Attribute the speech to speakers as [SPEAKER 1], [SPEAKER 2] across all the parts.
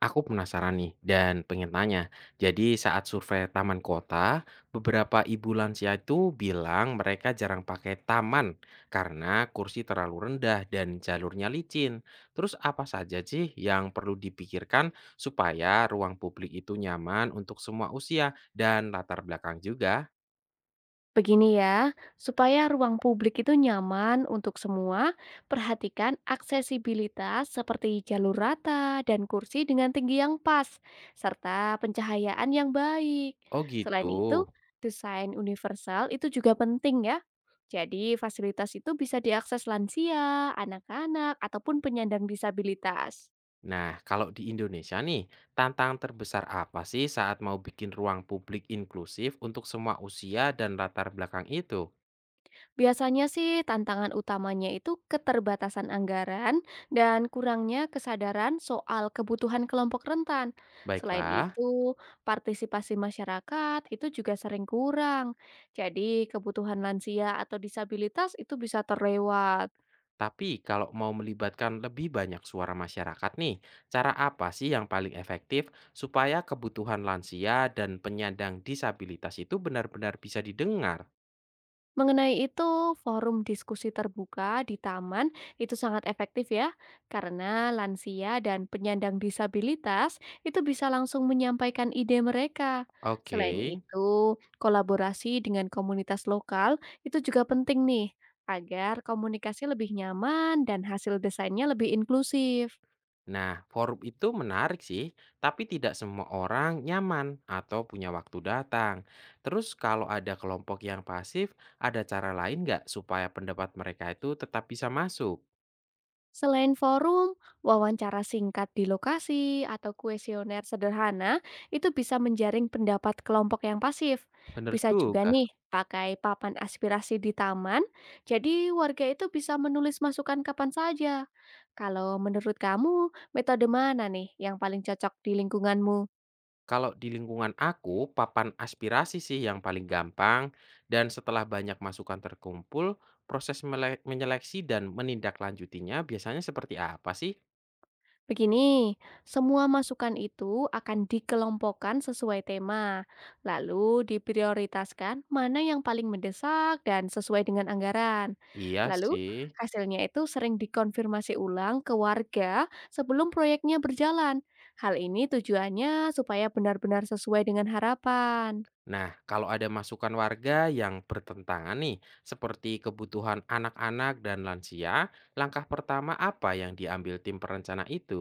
[SPEAKER 1] Aku penasaran nih dan pengen tanya. Jadi saat survei taman kota, beberapa ibu lansia itu bilang mereka jarang pakai taman karena kursi terlalu rendah dan jalurnya licin. Terus apa saja sih yang perlu dipikirkan supaya ruang publik itu nyaman untuk semua usia dan latar belakang juga?
[SPEAKER 2] Begini ya, supaya ruang publik itu nyaman untuk semua, perhatikan aksesibilitas seperti jalur rata dan kursi dengan tinggi yang pas, serta pencahayaan yang baik.
[SPEAKER 1] Oh gitu.
[SPEAKER 2] Selain itu, desain universal itu juga penting ya. Jadi, fasilitas itu bisa diakses lansia, anak-anak, ataupun penyandang disabilitas.
[SPEAKER 1] Nah, kalau di Indonesia nih, tantangan terbesar apa sih saat mau bikin ruang publik inklusif untuk semua usia dan latar belakang itu?
[SPEAKER 2] Biasanya sih tantangan utamanya itu keterbatasan anggaran dan kurangnya kesadaran soal kebutuhan kelompok rentan. Selain
[SPEAKER 1] Baiklah,
[SPEAKER 2] itu, partisipasi masyarakat itu juga sering kurang. Jadi, kebutuhan lansia atau disabilitas itu bisa terlewat.
[SPEAKER 1] tapi kalau mau melibatkan lebih banyak suara masyarakat nih, cara apa sih yang paling efektif supaya kebutuhan lansia dan penyandang disabilitas itu benar-benar bisa didengar?
[SPEAKER 2] Mengenai itu, forum diskusi terbuka di taman itu sangat efektif ya, karena lansia dan penyandang disabilitas itu bisa langsung menyampaikan ide mereka.
[SPEAKER 1] Oke,
[SPEAKER 2] Selain itu, kolaborasi dengan komunitas lokal itu juga penting nih, agar komunikasi lebih nyaman dan hasil desainnya lebih inklusif.
[SPEAKER 1] nah forum itu menarik sih, tapi tidak semua orang nyaman atau punya waktu datang. Terus kalau ada kelompok yang pasif, ada cara lain nggak supaya pendapat mereka itu tetap bisa masuk?
[SPEAKER 2] Selain forum, wawancara singkat di lokasi atau kuesioner sederhana itu bisa menjaring pendapat kelompok yang pasif.
[SPEAKER 1] Bener
[SPEAKER 2] Bisa juga
[SPEAKER 1] juga.
[SPEAKER 2] nih pakai papan aspirasi di taman, jadi warga itu bisa menulis masukan kapan saja. Kalau menurut kamu, metode mana nih yang paling cocok di lingkunganmu?
[SPEAKER 1] Kalau di lingkungan aku, papan aspirasi sih yang paling gampang, dan setelah banyak masukan terkumpul, proses menyeleksi dan menindaklanjutinya biasanya seperti apa sih?
[SPEAKER 2] Begini, semua masukan itu akan dikelompokkan sesuai tema, lalu diprioritaskan mana yang paling mendesak dan sesuai dengan anggaran.
[SPEAKER 1] Iya
[SPEAKER 2] Lalu,
[SPEAKER 1] sih.
[SPEAKER 2] hasilnya itu sering dikonfirmasi ulang ke warga sebelum proyeknya berjalan. Hal ini tujuannya supaya benar-benar sesuai dengan harapan.
[SPEAKER 1] Nah, kalau ada masukan warga yang bertentangan nih, seperti kebutuhan anak-anak dan lansia, langkah pertama apa yang diambil tim perencana itu?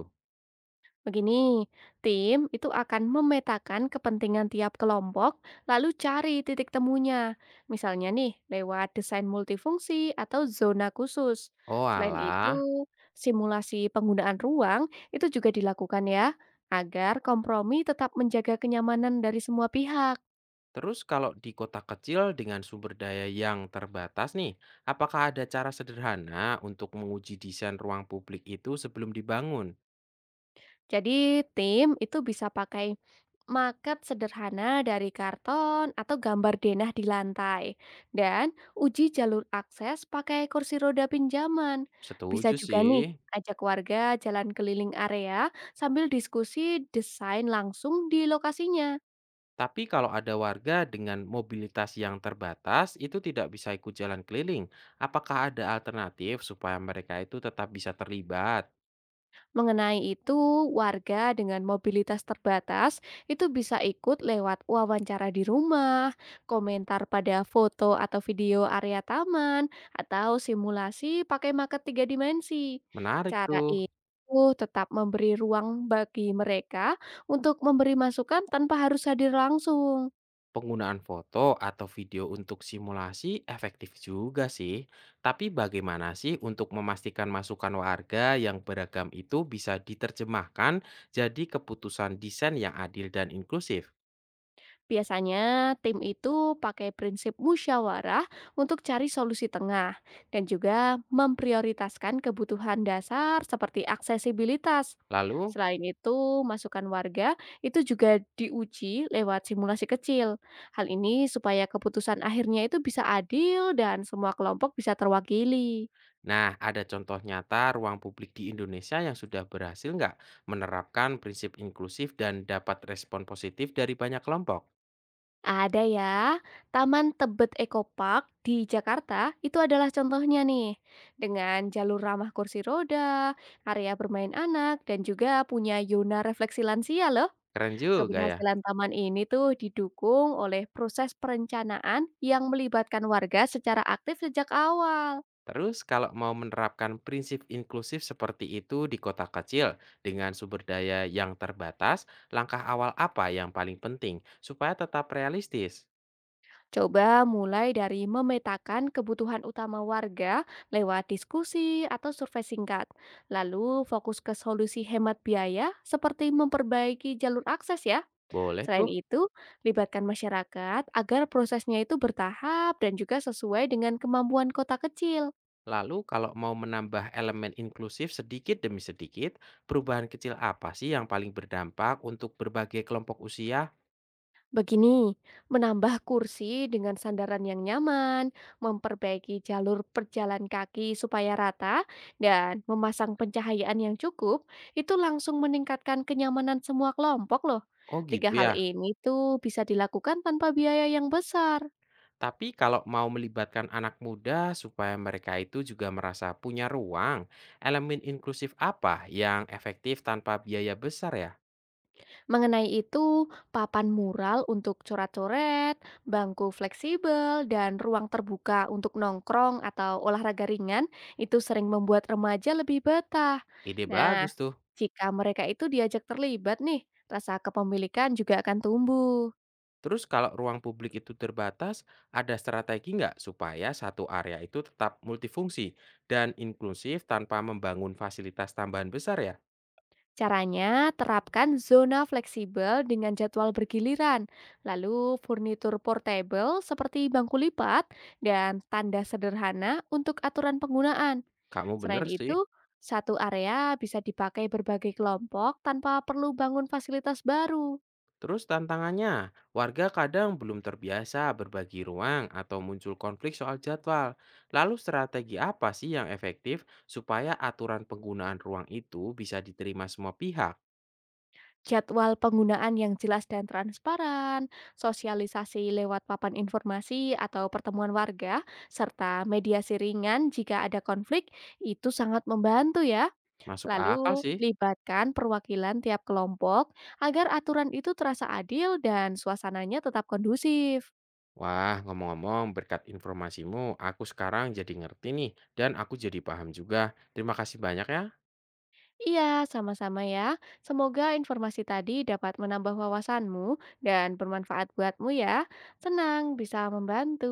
[SPEAKER 2] Begini, tim itu akan memetakan kepentingan tiap kelompok, lalu cari titik temunya. Misalnya nih, lewat desain multifungsi atau zona khusus.
[SPEAKER 1] Oh
[SPEAKER 2] Selain
[SPEAKER 1] alah,
[SPEAKER 2] itu, simulasi penggunaan ruang itu juga dilakukan ya, agar kompromi tetap menjaga kenyamanan dari semua pihak.
[SPEAKER 1] terus kalau di kota kecil dengan sumber daya yang terbatas nih, apakah ada cara sederhana untuk menguji desain ruang publik itu sebelum dibangun?
[SPEAKER 2] Jadi, tim itu bisa pakai maket sederhana dari karton atau gambar denah di lantai. Dan uji jalur akses pakai kursi roda pinjaman. Bisa
[SPEAKER 1] Setuju
[SPEAKER 2] juga nih
[SPEAKER 1] sih.
[SPEAKER 2] ajak warga jalan keliling area sambil diskusi desain langsung di lokasinya.
[SPEAKER 1] Tapi kalau ada warga dengan mobilitas yang terbatas itu tidak bisa ikut jalan keliling, apakah ada alternatif supaya mereka itu tetap bisa terlibat?
[SPEAKER 2] Mengenai itu, warga dengan mobilitas terbatas itu bisa ikut lewat wawancara di rumah, komentar pada foto atau video area taman, atau simulasi pakai marker tiga dimensi.
[SPEAKER 1] Menarik
[SPEAKER 2] Cara
[SPEAKER 1] tuh.
[SPEAKER 2] ini tetap memberi ruang bagi mereka untuk memberi masukan tanpa harus hadir langsung.
[SPEAKER 1] Penggunaan foto atau video untuk simulasi efektif juga sih. Tapi bagaimana sih untuk memastikan masukan warga yang beragam itu bisa diterjemahkan jadi keputusan desain yang adil dan inklusif?
[SPEAKER 2] Biasanya tim itu pakai prinsip musyawarah untuk cari solusi tengah dan juga memprioritaskan kebutuhan dasar seperti aksesibilitas.
[SPEAKER 1] Lalu,
[SPEAKER 2] Selain itu, masukan warga itu juga diuji lewat simulasi kecil. Hal ini supaya keputusan akhirnya itu bisa adil dan semua kelompok bisa terwakili.
[SPEAKER 1] nah ada contoh nyata ruang publik di Indonesia yang sudah berhasil nggak menerapkan prinsip inklusif dan dapat respon positif dari banyak kelompok?
[SPEAKER 2] Ada ya, Taman Tebet Eco Park di Jakarta itu adalah contohnya nih. Dengan jalur ramah kursi roda, area bermain anak, dan juga punya zona refleksi lansia loh.
[SPEAKER 1] Keren juga ya.
[SPEAKER 2] Keberhasilan taman ini tuh didukung oleh proses perencanaan yang melibatkan warga secara aktif sejak awal.
[SPEAKER 1] Terus kalau mau menerapkan prinsip inklusif seperti itu di kota kecil dengan sumber daya yang terbatas, langkah awal apa yang paling penting supaya tetap realistis?
[SPEAKER 2] Coba mulai dari memetakan kebutuhan utama warga lewat diskusi atau survei singkat. Lalu fokus ke solusi hemat biaya seperti memperbaiki jalur akses ya.
[SPEAKER 1] Boleh
[SPEAKER 2] Selain
[SPEAKER 1] tuh.
[SPEAKER 2] itu, libatkan masyarakat agar prosesnya itu bertahap dan juga sesuai dengan kemampuan kota kecil.
[SPEAKER 1] Lalu kalau mau menambah elemen inklusif sedikit demi sedikit, perubahan kecil apa sih yang paling berdampak untuk berbagai kelompok usia?
[SPEAKER 2] Begini, menambah kursi dengan sandaran yang nyaman, memperbaiki jalur perjalan kaki supaya rata, dan memasang pencahayaan yang cukup, itu langsung meningkatkan kenyamanan semua kelompok loh.
[SPEAKER 1] Oh gitu
[SPEAKER 2] Tiga hal
[SPEAKER 1] ya.
[SPEAKER 2] ini tuh bisa dilakukan tanpa biaya yang besar.
[SPEAKER 1] Tapi kalau mau melibatkan anak muda supaya mereka itu juga merasa punya ruang, elemen inklusif apa yang efektif tanpa biaya besar ya?
[SPEAKER 2] Mengenai itu, papan mural untuk coret-coret, bangku fleksibel, dan ruang terbuka untuk nongkrong atau olahraga ringan itu sering membuat remaja lebih betah.
[SPEAKER 1] Ide
[SPEAKER 2] Nah,
[SPEAKER 1] bagus tuh.
[SPEAKER 2] jika mereka itu diajak terlibat nih, rasa kepemilikan juga akan tumbuh.
[SPEAKER 1] Terus kalau ruang publik itu terbatas, ada strategi nggak supaya satu area itu tetap multifungsi dan inklusif tanpa membangun fasilitas tambahan besar ya?
[SPEAKER 2] Caranya, terapkan zona fleksibel dengan jadwal bergiliran, lalu furnitur portable seperti bangku lipat dan tanda sederhana untuk aturan penggunaan.
[SPEAKER 1] Kamu bener
[SPEAKER 2] Selain
[SPEAKER 1] sih.
[SPEAKER 2] itu, satu area bisa dipakai berbagai kelompok tanpa perlu bangun fasilitas baru.
[SPEAKER 1] Terus tantangannya, warga kadang belum terbiasa berbagi ruang atau muncul konflik soal jadwal. Lalu strategi apa sih yang efektif supaya aturan penggunaan ruang itu bisa diterima semua pihak?
[SPEAKER 2] Jadwal penggunaan yang jelas dan transparan, sosialisasi lewat papan informasi atau pertemuan warga, serta mediasi ringan jika ada konflik, itu sangat membantu ya.
[SPEAKER 1] Masuk akal
[SPEAKER 2] Lalu,
[SPEAKER 1] sih.
[SPEAKER 2] libatkan perwakilan tiap kelompok agar aturan itu terasa adil dan suasananya tetap kondusif.
[SPEAKER 1] Wah, ngomong-ngomong, berkat informasimu, aku sekarang jadi ngerti nih, dan aku jadi paham juga. Terima kasih banyak ya.
[SPEAKER 2] Iya, sama-sama ya. Semoga informasi tadi dapat menambah wawasanmu dan bermanfaat buatmu ya. Senang bisa membantu.